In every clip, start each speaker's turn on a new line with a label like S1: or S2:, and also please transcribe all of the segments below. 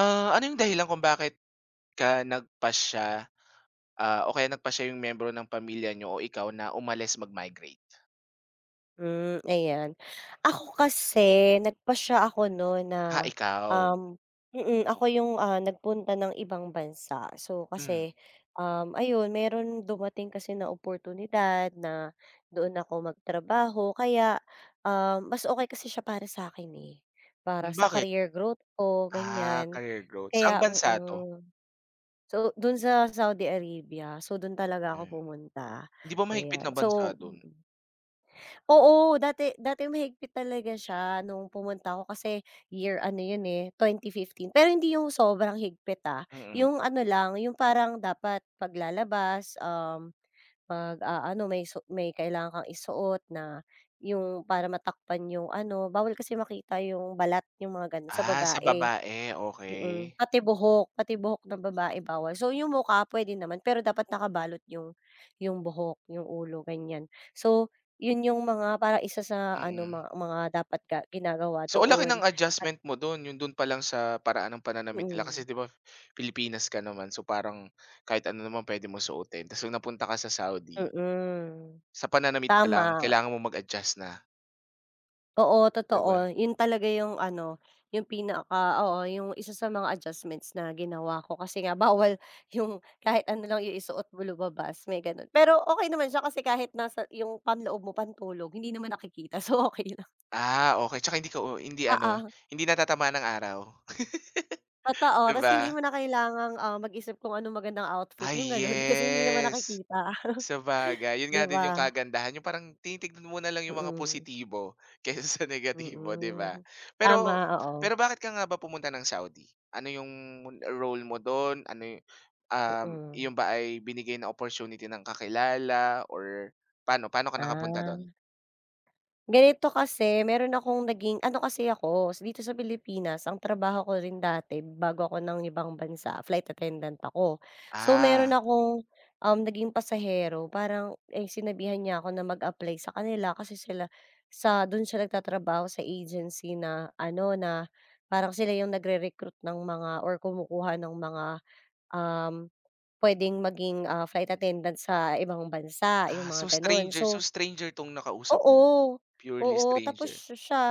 S1: Ah, ano yung dahilan kung bakit ka nagpasya, o kaya nagpasya yung miyembro ng pamilya niyo o ikaw na umalis mag-migrate?
S2: Hmm, ayan. Ako kasi nagpasya ako no
S1: Ah,
S2: na,
S1: ikaw.
S2: um ako yung, nagpunta ng ibang bansa. So
S1: Hmm,
S2: kasi, ayun meron dumating kasi na oportunidad na doon ako magtrabaho kaya, mas okay kasi siya para sa akin eh, para sa
S1: bakit?
S2: career growth ko
S1: Ah,
S2: ganyan.
S1: career growth. Saang
S2: Kaya
S1: bansa 'to?
S2: So dun sa Saudi Arabia, so dun talaga
S1: Hmm,
S2: ako pumunta,
S1: 'di ba mahigpit
S2: ayan.
S1: na bansa
S2: So
S1: dun?
S2: oo, dati dati mahigpit talaga siya nung pumunta ako kasi year ano yun, eh, 2015. Pero hindi yung sobrang higpit,
S1: Mm.
S2: yung ano lang, yung parang dapat paglalabas lalabas, ano may kailangan kang isuot na yung para matakpan yung ano, bawal kasi makita yung balat, yung mga gano'n sa
S1: Ah, sa
S2: babae.
S1: babae, okey.
S2: Pati buhok ng babae bawal. So, yung mukha puwede naman pero dapat nakabalot yung buhok, yung ulo, ganyan. So, yun yung mga parang isa sa ano
S1: Mm.
S2: mga dapat ginagawa
S1: So, ang laki
S2: doon.
S1: ng adjustment mo dun, yung dun pa lang sa paraan ng pananamit nila kasi
S2: Mm,
S1: 'di ba Pilipinas ka naman, so parang kahit ano naman puwede mong suotin ta's nung napunta ka sa Saudi,
S2: mm,
S1: sa pananamit pa lang
S2: tama.
S1: kailangan mong mag-adjust na.
S2: Oo,
S1: 'Di ba?
S2: totoo. Yun talaga yung ano, yung pinaka oo, yung isa sa mga adjustments na ginawa ko kasi nga bawal yung kahit ano lang yung isuot mo lumabas, may ganun. Pero okay naman siya kasi kahit nasa yung panloob mo, pantulog, hindi naman nakikita, so okay lang.
S1: Ah, okey. Tsaka hindi ka u hindi ano,
S2: Oo,
S1: hindi natatamaan ng araw.
S2: totoo.
S1: 'Di
S2: Ta's
S1: ba?
S2: hindi mo na kailangang, mag-isip kung anong magandang outfit,
S1: Ay,
S2: yung ganun, kasi hindi naman
S1: yes.
S2: nakikita.
S1: Sabagay, yun
S2: 'Di
S1: nga din yung
S2: ba?
S1: kagandahan, yung parang tinitignan mo na lang yung mga
S2: Mm,
S1: positibo kaysa sa negatibo, 'di
S2: mm.
S1: ba?
S2: Tama,
S1: Pero
S2: oo.
S1: pero bakit ka nga ba pumunta ng Saudi? Ano yung role mo dun? Ano yu
S2: Mm.
S1: yun ba ay binigay na opportunity ng kakilala or paano paano ka nakapunta dun?
S2: Ah. Ganito kasi, meron akong naging ano kasi ako, dito sa Pilipinas ang trabaho ko rin dati bago ako ng ibang bansa, flight attendant ako. So, meron
S1: Ah,
S2: akong, naging pasahero parang, eh, sinabihan niya ako na mag-apply sa kanila kasi sila dun siya nagtatrabaho sa agency na ano, na parang sila yung nagre-recruit ng mga or kumukuha ng mga, um, puwedeng maging, flight attendant sa ibang bansa, yung mga gano'n.
S1: so
S2: So
S1: stranger 'tong nakausap mo,
S2: oo,
S1: purely
S2: oo. Tapos
S1: stranger?
S2: siya siya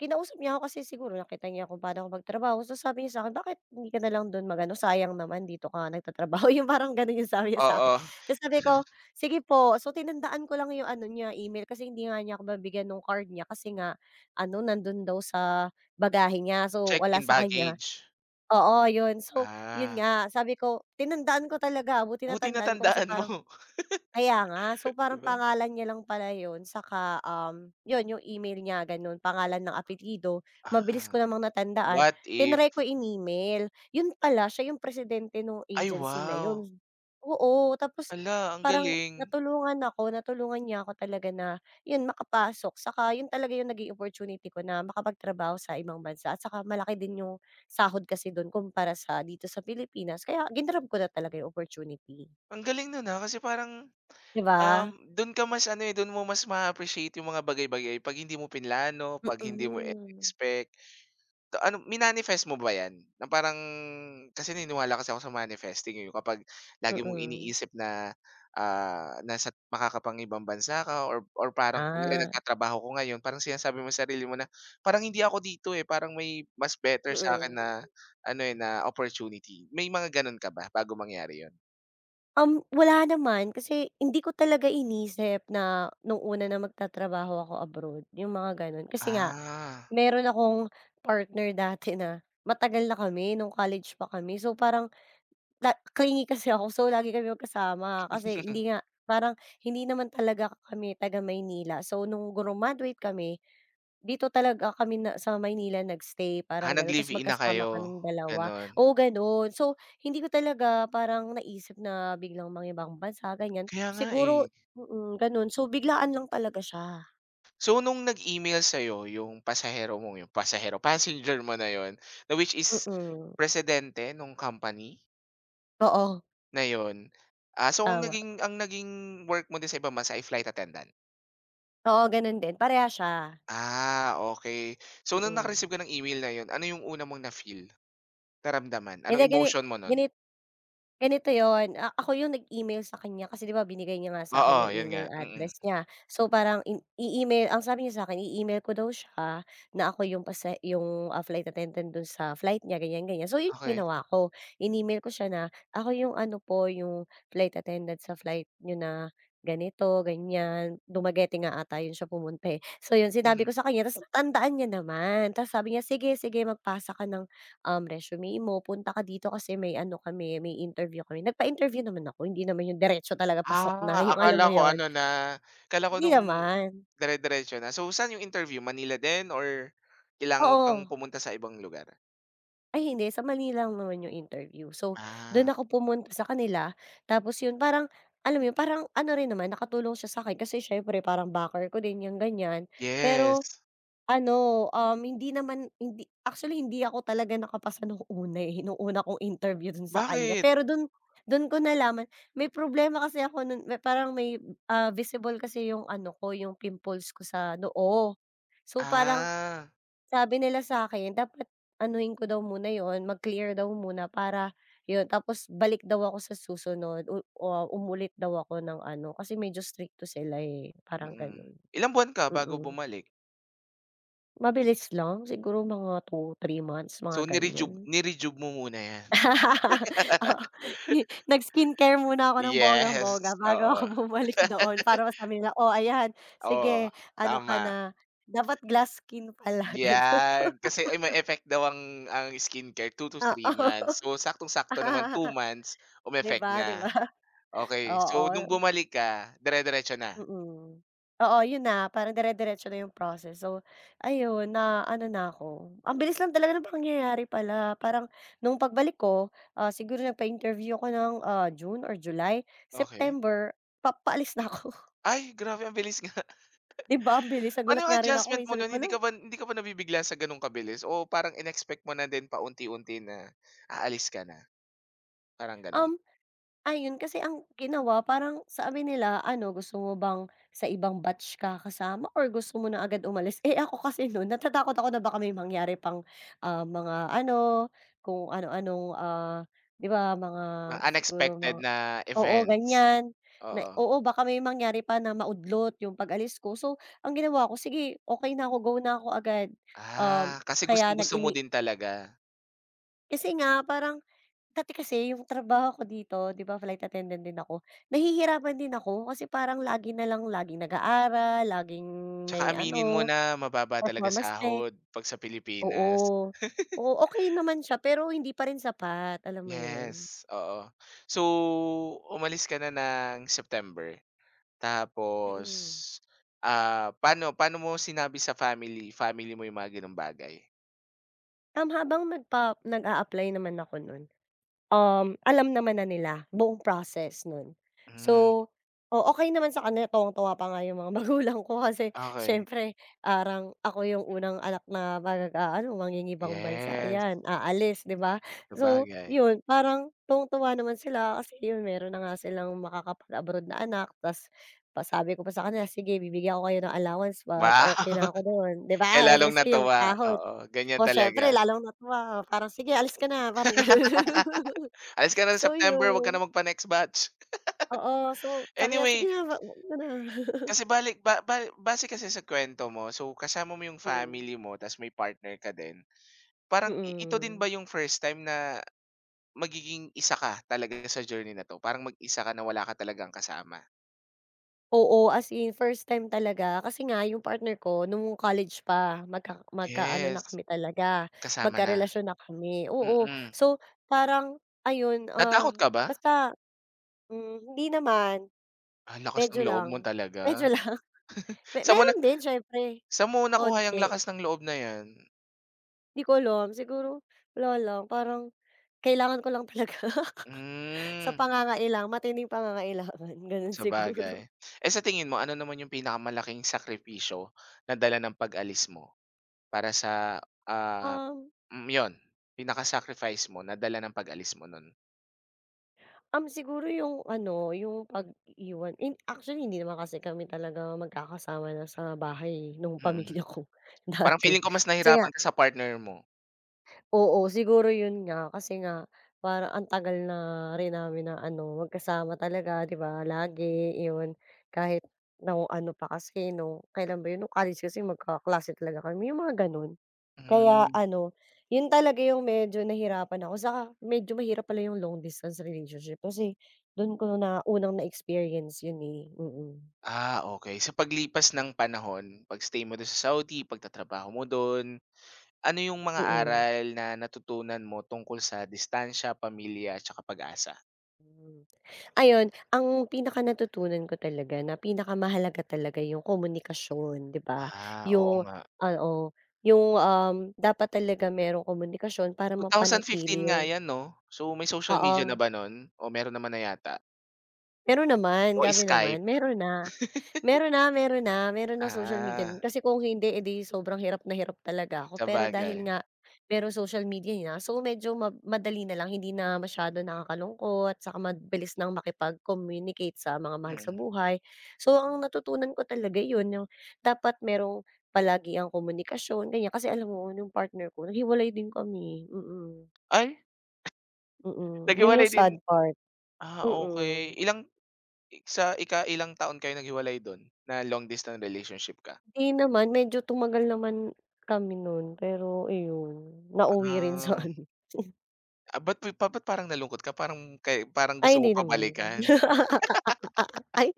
S2: kinausap niya ako kasi siguro nakita niya kung paano ako magtrabaho. So, sabi niya sa akin, "Bakit hindi ka na lang do'n magano, sayang naman dito ka nagtatrabaho." Yung parang gano'n yung sabi niya sa'kin.
S1: Oo,
S2: Tapos sabi ko, "Sige po." So, tinandaan ko lang yung ano niya, email, kasi hindi nga niya ako mabigyan ng card niya kasi nga ano, nando'n daw sa bagahe niya. So, wala
S1: check-in
S2: sa kanya.
S1: baggage.
S2: Oo, yun. So, yun
S1: Ah,
S2: nga, sabi ko tinandaan ko talaga, buti
S1: buti
S2: natandaan ko kasi
S1: natandaan mo.
S2: parang kaya nga. So,
S1: 'Di
S2: parang
S1: ba?
S2: pangalan niya lang pala yun saka, yun yung email niya ganun, pangalan ng apelyido. Mabilis ko
S1: Ah,
S2: namang natandaan,
S1: what if
S2: tinry ko in-email. Yun pala siya yung presidente ng
S1: ay
S2: agency na
S1: wow!
S2: yun. Oo, tapos
S1: Ala, ang
S2: parang
S1: galing.
S2: natulungan ako, natulungan niya ako talaga na yun makapasok saka yun talaga yung naging opportunity ko na makapagtrabaho sa ibang bansa at saka malaki din yung sahod kasi dun kumpara sa dito sa Pilipinas kaya ginrab ko na talaga yung opportunity,
S1: Ang galing nun, ah, kasi parang,
S2: 'di ba?
S1: dun ka mas ano, eh, dun mo mas ma appreciate yung mga bagay-bagay 'pag hindi mo pinlano, 'pag hindi mo
S2: Mm,
S1: expect. Ta ano, minanifest mo ba 'yan? Na parang kasi niniwala kasi ako sa manifesting, eh, yung kapag lagi mong
S2: mm.
S1: iniisip na, ah, nasa makakapang-ibang bansa ka or parang kung kunyari
S2: Ah.
S1: nagtatrabaho ko ngayon, parang sinasabi mo sa sarili mo na, "Parang hindi ako dito, eh, parang may mas better sa akin
S2: Mm.
S1: na ano, eh, na opportunity." May mga gano'n ka ba bago mangyari yon.
S2: Wala naman kasi hindi ko talaga inisip na nung una na magtatrabaho ako abroad, yung mga gano'n. Kasi nga
S1: Ah.
S2: meron akong partner dati na matagal na kami nung college pa kami. So, parang La clingy kasi ako so lagi kami magkasama kasi hindi nga parang hindi naman talaga kami taga Maynila. So nung grumaduate kami, dito talaga kami na sa Maynila nagstay parang
S1: Ah,
S2: gano'n tapos
S1: nag-live-in na
S2: magkasama
S1: kayo,
S2: kaming dalawa,
S1: gano'n.
S2: oo gano'n. So hindi ko talaga parang naisip na biglang mangibang bansa ganyan,
S1: Kaya nga, eh.
S2: siguro gano'n. So biglaan lang talaga siya,
S1: So, nung nag-email sa'yo yung pasahero mo, yung pasahero, passenger mo na yun, na which is
S2: mm.
S1: presidente nung company
S2: Oo,
S1: na yon, ah, so
S2: tama.
S1: ang naging work mo din sa ibang bansa ay flight attendant?
S2: Oo gano'n din, pareha siya,
S1: Ah, okay. So, nung
S2: mm.
S1: naka-receive ka ng email na yon ano yung una mong na-feel, naramdaman?
S2: Hindi.
S1: Anong
S2: Gani
S1: emotion mo nun?
S2: gani Ganito yun, ako yung nag-email sa kanya kasi 'di ba binigay niya nga sa'kin
S1: Oo,
S2: yung
S1: yun nga,
S2: email
S1: mm.
S2: address niya. So parang i-email, ang sabi niya sa akin i-email ko daw siya na ako yung pase yung, flight attendant dun sa flight niya ganyan, ganyan. So yun yung
S1: Okay.
S2: ginawa ko, in-email ko siya na, "Ako yung ano po, yung flight attendant sa flight niyo na ganito, ganyan." Dumageting nga ata yun siya pumunta, eh. So yun sinabi
S1: Mhm.
S2: ko sa kanya ta's natandaan niya naman ta's sabi niya, "Sige, sige magpasa ka ng resume mo, punta ka dito kasi may ano kami, may interview kami." Nagpa-interview naman ako, hindi naman yung diretso talaga pasok na,
S1: Ah,
S2: yung alam mo
S1: akala ko
S2: yun?
S1: ano na, akala ko
S2: Hindi
S1: nung
S2: naman.
S1: dire-diretso na. So, saan yung interview, Manila din or kailangan mo pang
S2: Oo.
S1: pumunta sa ibang lugar?
S2: Ay hindi, sa Manila lang naman yung interview. So, doon
S1: Ah,
S2: ako pumunta sa kanila, tapos yun parang, alam mo yun, parang ano rin naman nakatulong siya sa'kin kasi siyempre parang backer ko din yung ganyan. Pero
S1: yes.
S2: ano, hindi naman hindi actually hindi ako talaga nakapasa nung una, eh, nung una kong interview dun sa kanya.
S1: Bakit?
S2: Pero dun dun ko nalaman may problema kasi ako nun may parang may, visible kasi yung ano ko, yung pimples ko sa noo. So, parang
S1: Ah,
S2: sabi nila sa'kin dapat anuhin ko daw muna yon mag-clear daw muna para yun tapos balik daw ako sa susunod u o umulit daw ako ng ano, kasi medyo strikto sila, eh, parang
S1: mm.
S2: ganun.
S1: Ilang buwan ka
S2: Mm.
S1: bago bumalik?
S2: Mabilis lang, siguro mga 2, 3 months,
S1: So
S2: mga ganyan.
S1: ni-rejuve mo muna 'yan?
S2: Oo, nag-skincare muna ako ng bonggang-bongga
S1: Yes,
S2: bago ako
S1: oo.
S2: bumalik doon para masabi nila, "Oh, ayan,
S1: Oo,
S2: sige ano ka
S1: tama.
S2: na, dapat glass skin pala." Gano'n.
S1: 'Yan, kasi ay may effect daw ang skincare 2 to 3
S2: Oo.
S1: months. So saktong-sakto naman 2 months,
S2: 'Di
S1: umeffect
S2: ba, 'di ba?
S1: na. Okey, so nung
S2: Oo.
S1: bumalik ka, dire-diretso na?
S2: Mm. Oo, yun na parang dire-diretso na yung process. So, ayun na ano na ako, ang bilis lang talaga ng pangyayari pala. Parang nung pagbalik ko, siguro nagpa-interview ako ng, June or July,
S1: Okey.
S2: September pa paalis na ako.
S1: Ay, grabe ang bilis nga.
S2: 'Di ba ang bilis?
S1: Ano
S2: Nagulat
S1: yung
S2: nga rin ako,
S1: adjustment
S2: eh,
S1: mo
S2: sabi
S1: nun,
S2: ko,
S1: hindi
S2: "Hala,
S1: ka ba hindi ka ba nabibigla sa ganong kabilis o parang in mo na din paunti-unti na aalis ka na, parang ganun?
S2: um Ayun, kasi ang ginawa parang sabi nila ano, "Gusto mo bang sa ibang batch ka kasama or gusto mo na agad umalis?" Eh, ako kasi no'n natatakot ako na baka may mangyari pang, mga ano, kung ano-anong, 'di ba mga
S1: Mga
S2: siguro
S1: unexpected
S2: mga
S1: na
S2: oo,
S1: events,
S2: ganiyan. Na
S1: oo.
S2: oo, baka may mangyari pa na maudlot yung pag-alis ko. So, ang ginawa ko, sige okay na ako, go na ako agad. Um,
S1: Ah, kasi
S2: kaya
S1: gustong-gusto mo din talaga.
S2: kasi nga parang dati kasi yung trabaho ko dito, 'di ba flight attendant din ako, nahihirapan din ako kasi parang lagi na lang laging nag-aaral, laging
S1: Tsaka
S2: may
S1: aminin mo
S2: ano,
S1: na mababa talaga
S2: performance check,
S1: sahod 'pag sa Pilipinas.
S2: oo. Oo, okey naman siya pero hindi pa rin sapat, alam mo yun?
S1: Yes, oo. So, umalis ka na ng September, tapos,
S2: Mm.
S1: ah, paano paano mo sinabi sa family family mo yung mga gano'ng bagay?
S2: Habang nag-a-apply naman ako nun, alam naman na nila buong process nun.
S1: Hmm,
S2: So, okey naman sa kanila, tuwang-tuwa pa nga yung mga magulang ko kasi
S1: okey.
S2: siyempre parang ako yung unang anak na mangingibang bansa,
S1: Yes,
S2: ayan, aalis, 'di ba? So,
S1: sabagay.
S2: yun parang tuwang-tuwa naman sila kasi yun meron na nga silang makakapag-abroad na anak ta's pa sabi ko pa sa kanila, "Sige bibigyan ko kayo ng allowance 'pag
S1: Wow.
S2: okey na ako dun," 'di ba?
S1: Kaya lalong
S2: Kasi yung
S1: natuwa,
S2: sahod.
S1: oo,
S2: O
S1: ganyan
S2: siyempre
S1: talaga.
S2: lalong natuwa, parang, "Sige alis ka na," parang ganun.
S1: Alis ka na sa
S2: So
S1: September, 'wag ka
S2: yun,
S1: na magpa-next batch.
S2: oo. So sabi niya, "Sige
S1: Anyway,
S2: na, wag wag mo na."
S1: kasi balik ba ba base kasi sa kwento mo, so kasama mo yung
S2: Hmm.
S1: family mo ta's may partner ka din. Parang i ito din ba
S2: Mm.
S1: yung first time na magiging isa ka talaga sa journey na 'to, parang mag-isa ka na wala ka talagang kasama?
S2: Oo, as in first time talaga kasi nga yung partner ko nung college pa magkaano na
S1: Yes,
S2: kami talaga,
S1: kasama na,
S2: magkarelasyon na kami, oo.
S1: mm.
S2: So parang ayun,
S1: Natakot ka ba?
S2: basta, hindi naman,
S1: Ang lakas ng
S2: medyo
S1: loob mo
S2: lang,
S1: talaga.
S2: medyo lang.
S1: Sa mo na
S2: Meron din siyempre,
S1: saan mo nakuha yang
S2: konti.
S1: lakas ng loob na 'yan?
S2: Di ko alam, siguro wala lang, parang kailangan ko lang talaga. Sa
S1: Hmm,
S2: pangangailang matinding pangangailangan, gano'n
S1: sabagay.
S2: siguro.
S1: Eh, sa tingin mo ano naman yung pinakamalaking sakripisyo na dala ng pag-alis mo para sa, ah,
S2: Um,
S1: hmm, yun pinaka-sacrifice mo na dala ng pag-alis mo nun?
S2: um, siguro yung ano, yung pag-iiwan actually hindi naman kasi kami talaga magkakasama na sa bahay nung
S1: Mm.
S2: pamilya ko
S1: Parang
S2: dati.
S1: feeling ko mas
S2: Kasi nga
S1: nahirapan ka sa partner mo.
S2: oo, siguro yun nga kasi nga parang ang tagal na rin namin na ano, magkasama talaga 'di ba, lagi yun. Kahit nung ano pa kasi nung kailan ba yun, nung college kasi magkaklase talaga kami, yung mga ganun. Kaya
S1: Hmm,
S2: ano, yun talaga yung medyo nahirapan ako saka medyo mahirap pala yung long distance relationship kasi dun ko na unang na-experience yun, eh, mm,
S1: ah, okey. Sa paglipas ng panahon, pag-stay mo dun sa Saudi, pagtatrabaho mo dun, ano yung mga
S2: mm.
S1: aral na natutunan mo tungkol sa distansya, pamilya, tsaka pag-asa?
S2: Hmm. Ayun, ang pinakanatutunan ko talaga na pinakamahalaga talaga yung komunikasyon, 'di ba?
S1: Ah, oo
S2: Yung
S1: nga.
S2: oo, yung, dapat talaga merong komunikasyon para
S1: 2015
S2: mapanatili
S1: nga
S2: yung
S1: 'yan 'no? So, may social media na
S2: oo,
S1: ba nun o meron naman na yata
S2: meron naman,
S1: o
S2: grabe naman,
S1: Skype?
S2: meron na. Meron na, meron ng social media
S1: Ah,
S2: nun kasi kung hindi, eh, sobrang hirap na hirap talaga ako. Pero
S1: sabagay,
S2: dahil nga merong social media na, so medyo madali na lang, hindi na masyado nakakalungkot, saka mabilis nang makipag-communicate sa mga mahal sa
S1: mm.
S2: buhay. So ang natutunan ko talaga yun, yung dapat merong palagi ang komunikasyon, ganyan. Kasi alam mo yung partner ko naghiwalay din kami, mm,
S1: Ay,
S2: mm. Yun yung
S1: naghiwalay din?
S2: sad part,
S1: Ah,
S2: mm.
S1: okay. Ilang sa ika-ilang taon kayo naghiwalay dun na long distance relationship ka?
S2: Di naman, medyo tumagal naman kami nun, pero iyon, nauwi rin sa
S1: Ah,
S2: ano
S1: ba't pa parang nalungkot ka parang kay parang
S2: ay
S1: gusto mo
S2: hindi
S1: pa
S2: naman.
S1: balikan?
S2: Ay,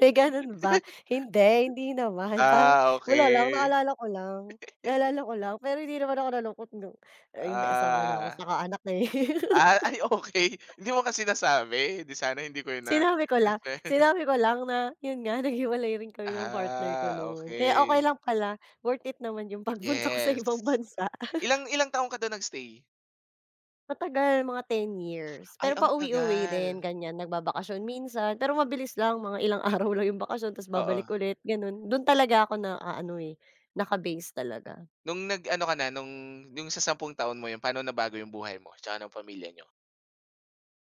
S2: may ganun ba? Hindi, hindi naman parang
S1: Ah,
S2: wala lang,
S1: okay.
S2: naalala ko lang, naalala ko lang pero hindi naman ako nalungkot nung ay may asawa na ako
S1: Ah,
S2: saka anak na, eh.
S1: ay okey. Hindi mo kasi nasabi, 'di sana hindi ko yun na.
S2: Sinabi ko lang sinabi ko lang na yun nga naghiwalay rin kami ng partner ko
S1: Ah,
S2: nun, kaya okey
S1: okay.
S2: lang pala, worth it naman yung pagpunta ko sa ibang
S1: Yes.
S2: bansa.
S1: Ilang ilang taon ka dun nag-stay?
S2: Matagal, mga 10 years.
S1: Ay,
S2: Pero
S1: ang
S2: pauwi-uwi
S1: tagal.
S2: din ganyan, nagbabakasyon minsan, pero mabilis lang mga ilang araw lang yung bakasyon tapos
S1: Oo.
S2: babalik ulit gano'n. Do'n talaga ako na ano eh, naka-base talaga.
S1: Nung nag-ano ka na, nung yung sa 10 taon mo yun, paano nabago yung buhay mo tsaka ng pamilya niyo?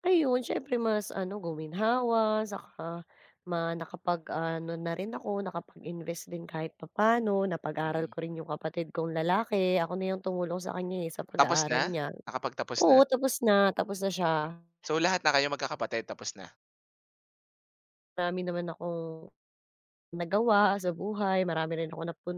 S2: Ayun, syempre mas ano, guminhawa saka nakapag-ano na rin ako, nakapag-invest din kahit papaano, napag-aral
S1: Mm.
S2: ko rin yung kapatid kong lalaki, ako na yung tumulong sa kanya, eh, sa
S1: Tapos na?
S2: pag-aaral niya.
S1: Nakapagtapos na?
S2: Oo, tapos na siya.
S1: So, lahat na kayo magkakapatid tapos na?
S2: Marami naman akong nagawa sa buhay, marami rin akong napun